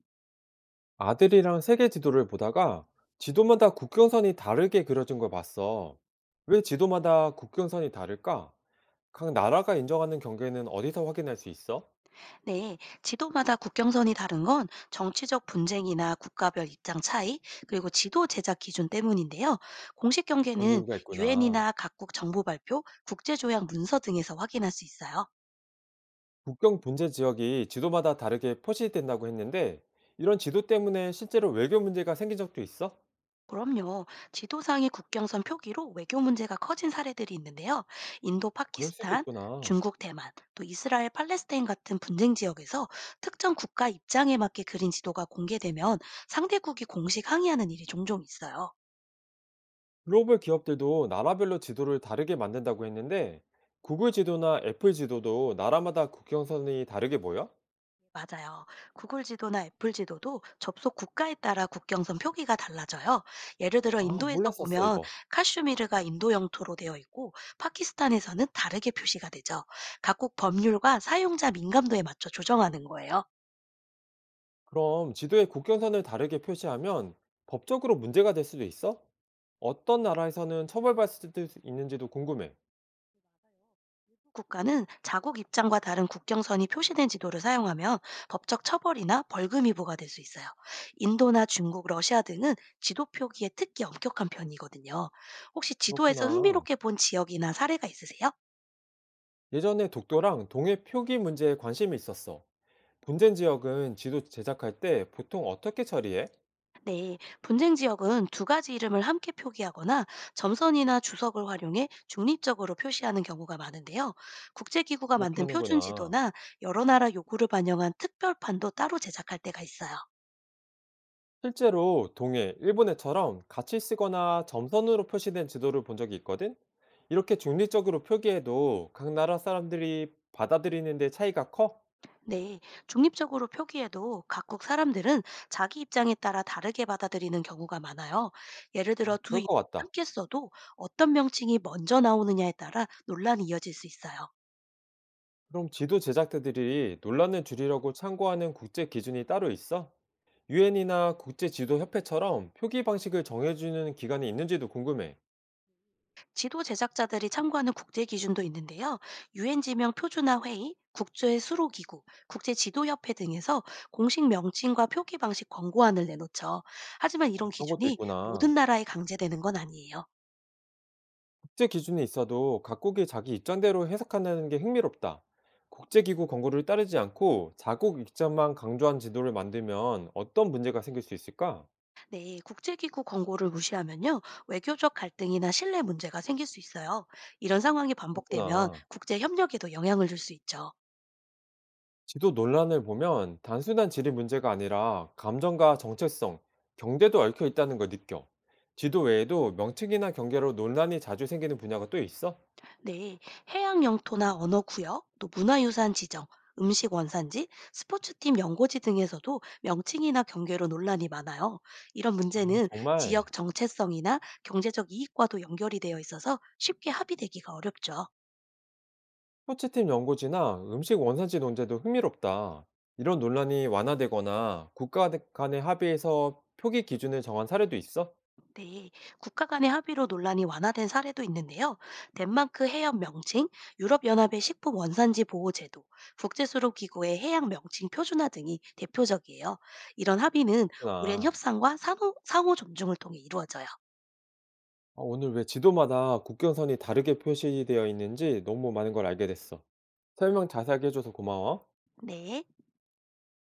아들이랑 세계 지도를 보다가 지도마다 국경선이 다르게 그려진 걸 봤어. 왜 지도마다 국경선이 다를까? 각 나라가 인정하는 경계는 어디서 확인할 수 있어? 네, 지도마다 국경선이 다른 건 정치적 분쟁이나 국가별 입장 차이, 그리고 지도 제작 기준 때문인데요. 공식 그런 경계는 이유가 있구나. 유엔이나 각국 정부 발표, 국제조약 문서 등에서 확인할 수 있어요. 국경 분제 지역이 지도마다 다르게 표시된다고 했는데, 이런 지도 때문에 실제로 외교 문제가 생긴 적도 있어? 그럼요. 지도상의 국경선 표기로 외교 문제가 커진 사례들이 있는데요. 인도, 그럴 수도 파키스탄, 있구나. 중국, 대만, 또 이스라엘, 팔레스타인 같은 분쟁 지역에서 특정 국가 입장에 맞게 그린 지도가 공개되면 상대국이 공식 항의하는 일이 종종 있어요. 글로벌 기업들도 나라별로 지도를 다르게 만든다고 했는데, 구글 지도나 애플 지도도 나라마다 국경선이 다르게 보여? 맞아요. 구글 지도나 애플 지도도 접속 국가에 따라 국경선 표기가 달라져요. 예를 들어 아, 인도에서 몰랐었어, 보면 이거. 카슈미르가 인도 영토로 되어 있고 파키스탄에서는 다르게 표시가 되죠. 각국 법률과 사용자 민감도에 맞춰 조정하는 거예요. 그럼 지도에 국경선을 다르게 표시하면 법적으로 문제가 될 수도 있어? 어떤 나라에서는 처벌받을 수도 있는지도 궁금해. 국가는 자국 입장과 다른 국경선이 표시된 지도를 사용하면 법적 처벌이나 벌금이 부과될 수 있어요. 인도나 중국, 러시아 등은 지도 표기에 특히 엄격한 편이거든요. 혹시 지도에서 그렇구나. 흥미롭게 본 지역이나 사례가 있으세요? 예전에 독도랑 동해 표기 문제에 관심이 있었어. 분쟁 지역은 지도 제작할 때 보통 어떻게 처리해? 네, 분쟁 지역은 두 가지 이름을 함께 표기하거나 점선이나 주석을 활용해 중립적으로 표시하는 경우가 많은데요. 국제기구가 이렇게 만든 표준 하는구나. 지도나 여러 나라 요구를 반영한 특별판도 따로 제작할 때가 있어요. 실제로 동해, 일본해처럼 같이 쓰거나 점선으로 표시된 지도를 본 적이 있거든? 이렇게 중립적으로 표기해도 각 나라 사람들이 받아들이는데 차이가 커? 네, 중립적으로 표기해도 각국 사람들은 자기 입장에 따라 다르게 받아들이는 경우가 많아요. 예를 들어 두 그럴 이름을 것 같다. 함께 써도 어떤 명칭이 먼저 나오느냐에 따라 논란이 이어질 수 있어요. 그럼 지도 제작자들이 논란을 줄이려고 참고하는 국제 기준이 따로 있어? 유엔이나 국제 지도 협회처럼 표기 방식을 정해주는 기관이 있는지도 궁금해. 지도 제작자들이 참고하는 국제 기준도 있는데요. 유엔 지명 표준화 회의, 국제 수로 기구, 국제 지도 협회 등에서 공식 명칭과 표기 방식 권고안을 내놓죠. 하지만 이런 그런 것도 기준이 모든 있구나. 나라에 강제되는 건 아니에요. 국제 기준이 있어도 각국이 자기 입장대로 해석한다는 게 흥미롭다. 국제기구 권고를 따르지 않고 자국 입장만 강조한 지도를 만들면 어떤 문제가 생길 수 있을까? 네, 국제 기구 권고를 무시하면요. 외교적 갈등이나 신뢰 문제가 생길 수 있어요. 이런 상황이 반복되면 그렇구나. 국제 협력에도 영향을 줄 수 있죠. 지도 논란을 보면 단순한 지리 문제가 아니라 감정과 정체성, 경제도 얽혀 있다는 걸 느껴. 지도 외에도 명칭이나 경계로 논란이 자주 생기는 분야가 또 있어? 네, 해양 영토나 언어 구역, 또 문화유산 지정, 음식 원산지, 스포츠팀 연고지 등에서도 명칭이나 경계로 논란이 많아요. 이런 아, 문제는 지역 정말 정체성이나 경제적 이익과도 연결이 되어 있어서 쉽게 합의되기가 어렵죠. 스포츠팀 연고지나 음식 원산지 논제도 흥미롭다. 이런 논란이 완화되거나 국가 간의 합의에서 표기 기준을 정한 사례도 있어? 네, 국가 간의 합의로 논란이 완화된 사례도 있는데요. 덴마크 해협 명칭, 유럽연합의 식품 원산지 보호 제도, 국제수로기구의 해양 명칭 표준화 등이 대표적이에요. 이런 합의는 오랜 그렇구나. 협상과 상호 존중을 통해 이루어져요. 아, 오늘 왜 지도마다 국경선이 다르게 표시되어 있는지 너무 많은 걸 알게 됐어. 설명 자세하게 해줘서 고마워. 네.